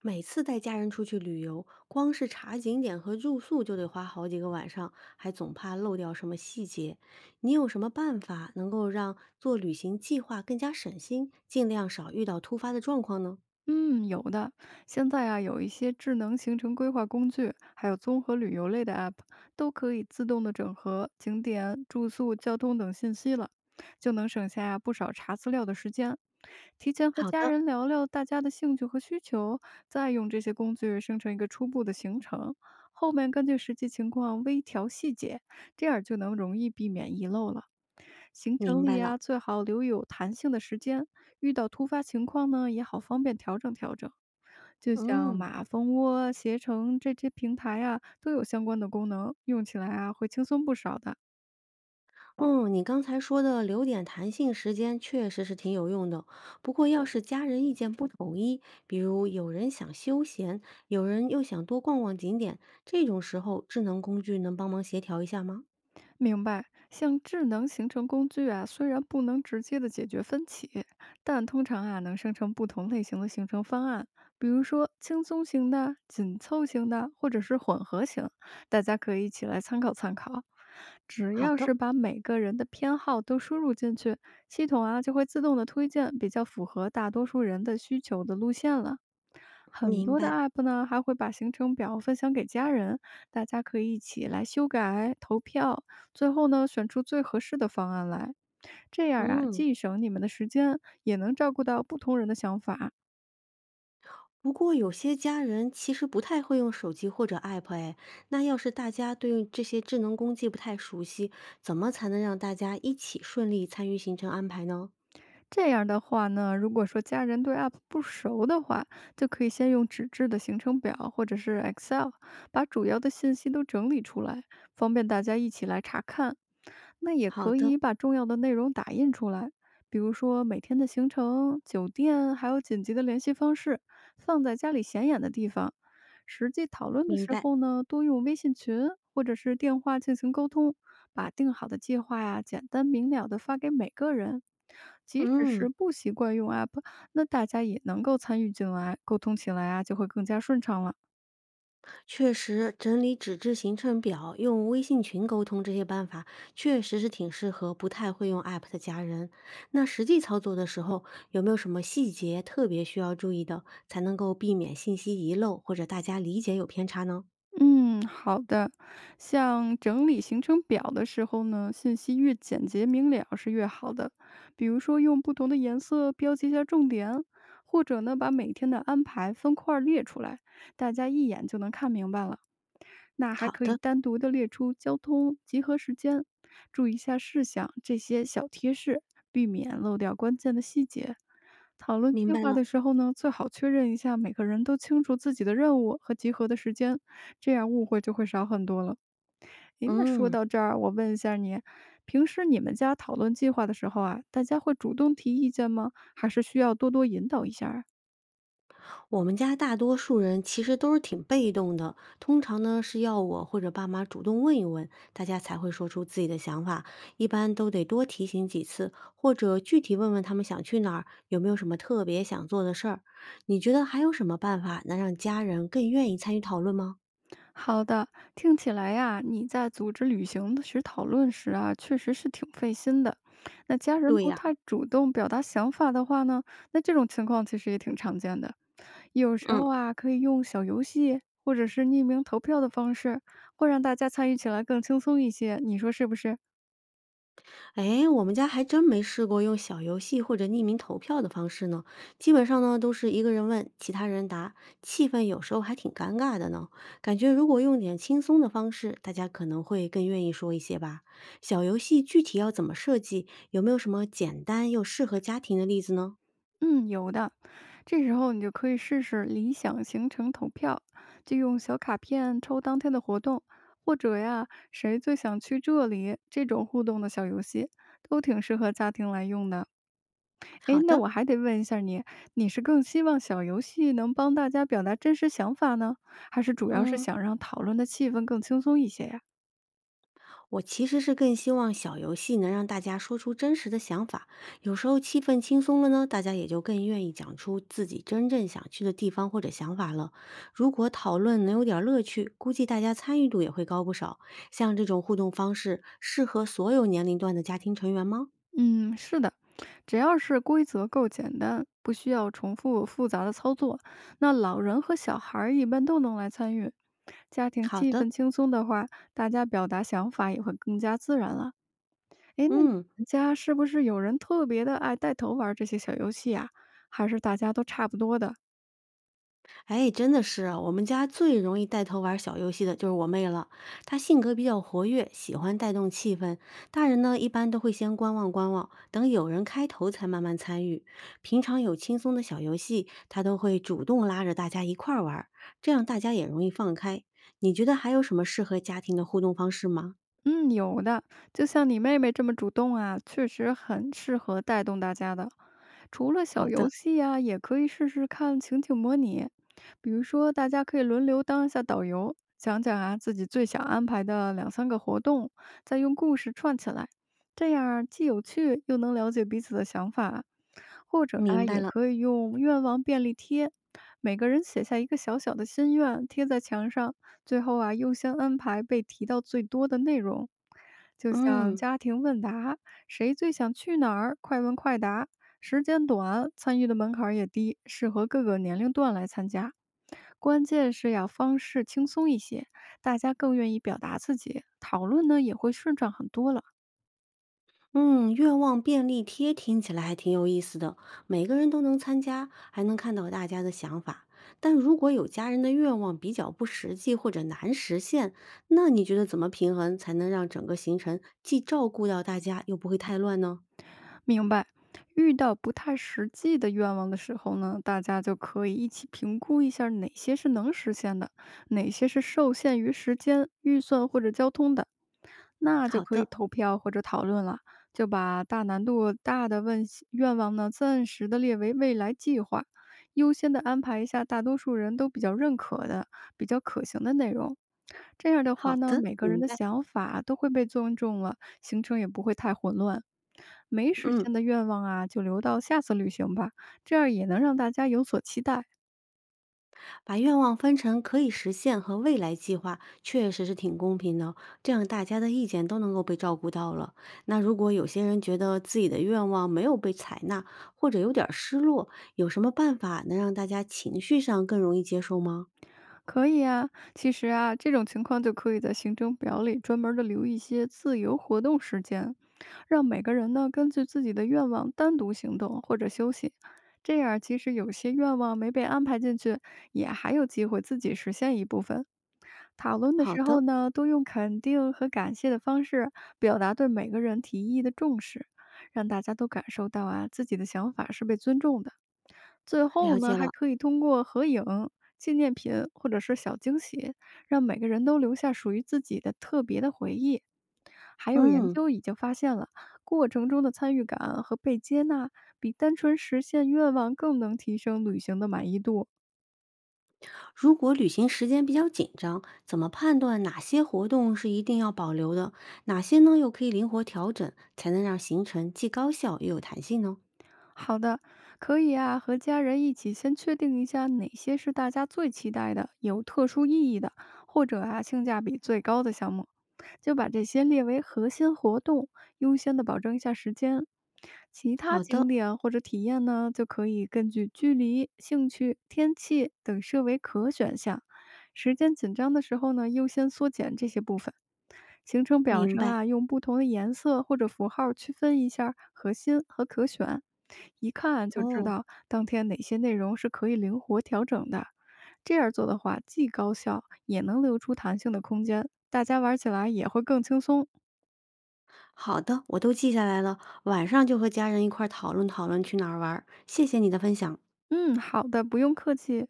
每次带家人出去旅游，光是查景点和住宿就得花好几个晚上，还总怕漏掉什么细节。你有什么办法能够让做旅行计划更加省心，尽量少遇到突发的状况呢？嗯，有的。现在啊，有一些智能行程规划工具，还有综合旅游类的 App，都可以自动的整合景点、住宿、交通等信息了，就能省下不少查资料的时间。提前和好家的，人聊聊大家的兴趣和需求，再用这些工具生成一个初步的行程，后面根据实际情况微调细节，这样就能容易避免遗漏了。行程明里白了。呀，最好留有弹性的时间，遇到突发情况呢，也好方便调整调整。就像嗯，马蜂窝、携程这些平台啊，都有相关的功能，用起来啊会轻松不少的。哦，你刚才说的留点弹性时间确实是挺有用的。不过，要是家人意见不统一，比如有人想休闲，有人又想多逛逛景点，这种时候，智能工具能帮忙协调一下吗？明白，像智能形成工具啊，虽然不能直接的解决分歧，但通常啊能生成不同类型的形成方案，比如说轻松型的、紧凑型的，或者是混合型，大家可以一起来参考参考。只好要的。是把每个人的偏好都输入进去，系统啊就会自动的推荐比较符合大多数人的需求的路线了。很明多的 白，app 呢还会把行程表分享给家人，大家可以一起来修改、投票最后呢，选出最合适的方案来。这样啊，嗯，既省你们的时间，也能照顾到不同人的想法。不过有些家人其实不太会用手机或者 app，哎，那要是大家对这些智能工具不太熟悉，怎么才能让大家一起顺利参与行程安排呢？这样的话呢，如果说家人对 App 不熟的话，就可以先用纸质的行程表或者是 Excel，把主要的信息都整理出来，方便大家一起来查看。那也好可的，以把重要的内容打印出来，比如说每天的行程、酒店，还有紧急的联系方式，放在家里显眼的地方。实际讨论的明时白。候呢，多用微信群或者是电话进行沟通，把定好的计划呀，简单明了的发给每个人。即使嗯，是不习惯用 app，那大家也能够参与进来，沟通起来啊就会更加顺畅了。确实，整理纸质行程表、用微信群沟通这些办法，确实是挺适合不太会用 app 的家人。那实际操作的时候，有没有什么细节特别需要注意的，才能够避免信息遗漏或者大家理解有偏差呢？嗯，好的。像整理行程表的时候呢，信息越简洁明了是越好的。比如说用不同的颜色标记一下重点，或者呢把每天的安排分块儿列出来，大家一眼就能看明白了。那还好可以的，单独的列出交通、集合时间，注意一下事项这些小贴士，避免漏掉关键的细节。讨论明计白划了。的时候呢，最好确认一下每个人都清楚自己的任务和集合的时间，这样误会就会少很多了。诶，那说嗯，到这儿，我问一下你，平时你们家讨论计划的时候啊，大家会主动提意见吗？还是需要多多引导一下啊？我们家大多数人其实都是挺被动的，通常呢是要我或者爸妈主动问一问，大家才会说出自己的想法。一般都得多提醒几次，或者具体问问他们想去哪儿，有没有什么特别想做的事儿。你觉得还有什么办法能让家人更愿意参与讨论吗？好的，听起来呀，你在组织旅行的时讨论时啊，确实是挺费心的。那家人对不呀，太主动表达想法的话呢，那这种情况其实也挺常见的。有时候嗯。啊，可以用小游戏或者是匿名投票的方式，会让大家参与起来更轻松一些。你说是不是？哎，我们家还真没试过用小游戏或者匿名投票的方式呢。基本上呢，都是一个人问，其他人答，气氛有时候还挺尴尬的呢。感觉如果用点轻松的方式，大家可能会更愿意说一些吧。小游戏具体要怎么设计？有没有什么简单又适合家庭的例子呢？嗯，有的。这时候你就可以试试理想行程投票，就用小卡片抽当天的活动，或者呀，谁最想去这里这种互动的小游戏，都挺适合家庭来用的。诶，好那的，我还得问一下你，你是更希望小游戏能帮大家表达真实想法呢，还是主要是嗯。想让讨论的气氛更轻松一些呀？我其实是更希望小游戏能让大家说出真实的想法，有时候气氛轻松了呢，大家也就更愿意讲出自己真正想去的地方或者想法了。如果讨论能有点儿乐趣，估计大家参与度也会高不少。像这种互动方式，适合所有年龄段的家庭成员吗？嗯，是的，只要是规则够简单，不需要重复复杂的操作，那老人和小孩儿一般都能来参与。家庭好气的，氛轻松的话，大家表达想法也会更加自然了。诶，那你嗯。们家是不是有人特别的爱带头玩儿这些小游戏啊？还是大家都差不多的？哎，真的是啊，我们家最容易带头玩小游戏的就是我妹了。她性格比较活跃，喜欢带动气氛。大人呢，一般都会先观望观望，等有人开头才慢慢参与。平常有轻松的小游戏，她都会主动拉着大家一块儿玩儿这样大家也容易放开。你觉得还有什么适合家庭的互动方式吗？嗯，有的，就像你妹妹这么主动啊，确实很适合带动大家的。除了好小游的，戏啊，也可以试试看情景模拟，比如说大家可以轮流当一下导游，讲讲啊自己最想安排的2、3个活动，再用故事串起来，这样儿既有趣又能了解彼此的想法。或者明啊，白也了。可以用愿望便利贴，每个人写下一个小小的心愿，贴在墙上，最后啊，优先安排被提到最多的内容，就像嗯。家庭问答，谁最想去哪儿？快问快答，时间短，参与的门槛儿也低，适合各个年龄段来参加。关键是要方式轻松一些，大家更愿意表达自己，讨论呢也会顺畅很多了。嗯，愿望便利贴听起来还挺有意思的，每个人都能参加，还能看到大家的想法。但如果有家人的愿望比较不实际或者难实现，那你觉得怎么平衡才能让整个行程既照顾到大家，又不会太乱呢？明白。遇到不太实际的愿望的时候呢，大家就可以一起评估一下哪些是能实现的，哪些是受限于时间、预算或者交通的。那就好可以的，投票或者讨论了，就把大难度大的问题愿望呢，暂时的列为未来计划，优先的安排一下大多数人都比较认可的、比较可行的内容。这样的话好呢，的，每个人明的白。想法都会被尊重了，行程也不会太混乱。没实嗯。现的愿望啊，就留到下次旅行吧，这样也能让大家有所期待。把愿望分成可以实现和未来计划，确实是挺公平的哦，这样大家的意见都能够被照顾到了。那如果有些人觉得自己的愿望没有被采纳，或者有点儿失落，有什么办法能让大家情绪上更容易接受吗？可以啊，其实啊，这种情况就可以在行程表里专门的留一些自由活动时间，让每个人呢根据自己的愿望单独行动或者休息。这样，即使有些愿望没被安排进去，也还有机会自己实现一部分。讨论的好时候的，呢，多用肯定和感谢的方式表达对每个人提议的重视，让大家都感受到啊自己的想法是被尊重的。最后了呢，解还了。可以通过合影、纪念品或者是小惊喜，让每个人都留下属于自己的特别的回忆。还有研嗯，究已经发现了，过程中的参与感和被接纳，比单纯实现愿望更能提升旅行的满意度。如果旅行时间比较紧张，怎么判断哪些活动是一定要保留的，哪些呢又可以灵活调整，才能让行程既高效又有弹性呢？好的，可以啊，和家人一起先确定一下哪些是大家最期待的、有特殊意义的，或者啊性价比最高的项目，就把这些列为核心活动，优先的保证一下时间。其他好景的，点或者体验呢，就可以根据距离、兴趣、天气等设为可选项。时间紧张的时候呢，优先缩减这些部分。行程表明上白。啊，用不同的颜色或者符号区分一下核心和可选，一看就知哦，道当天哪些内容是可以灵活调整的。这样做的话，既高效，也能留出弹性的空间，大家玩起来也会更轻松。好的，我都记下来了，晚上就和家人一块儿讨论讨论去哪儿玩儿谢谢你的分享。嗯，好的，不用客气。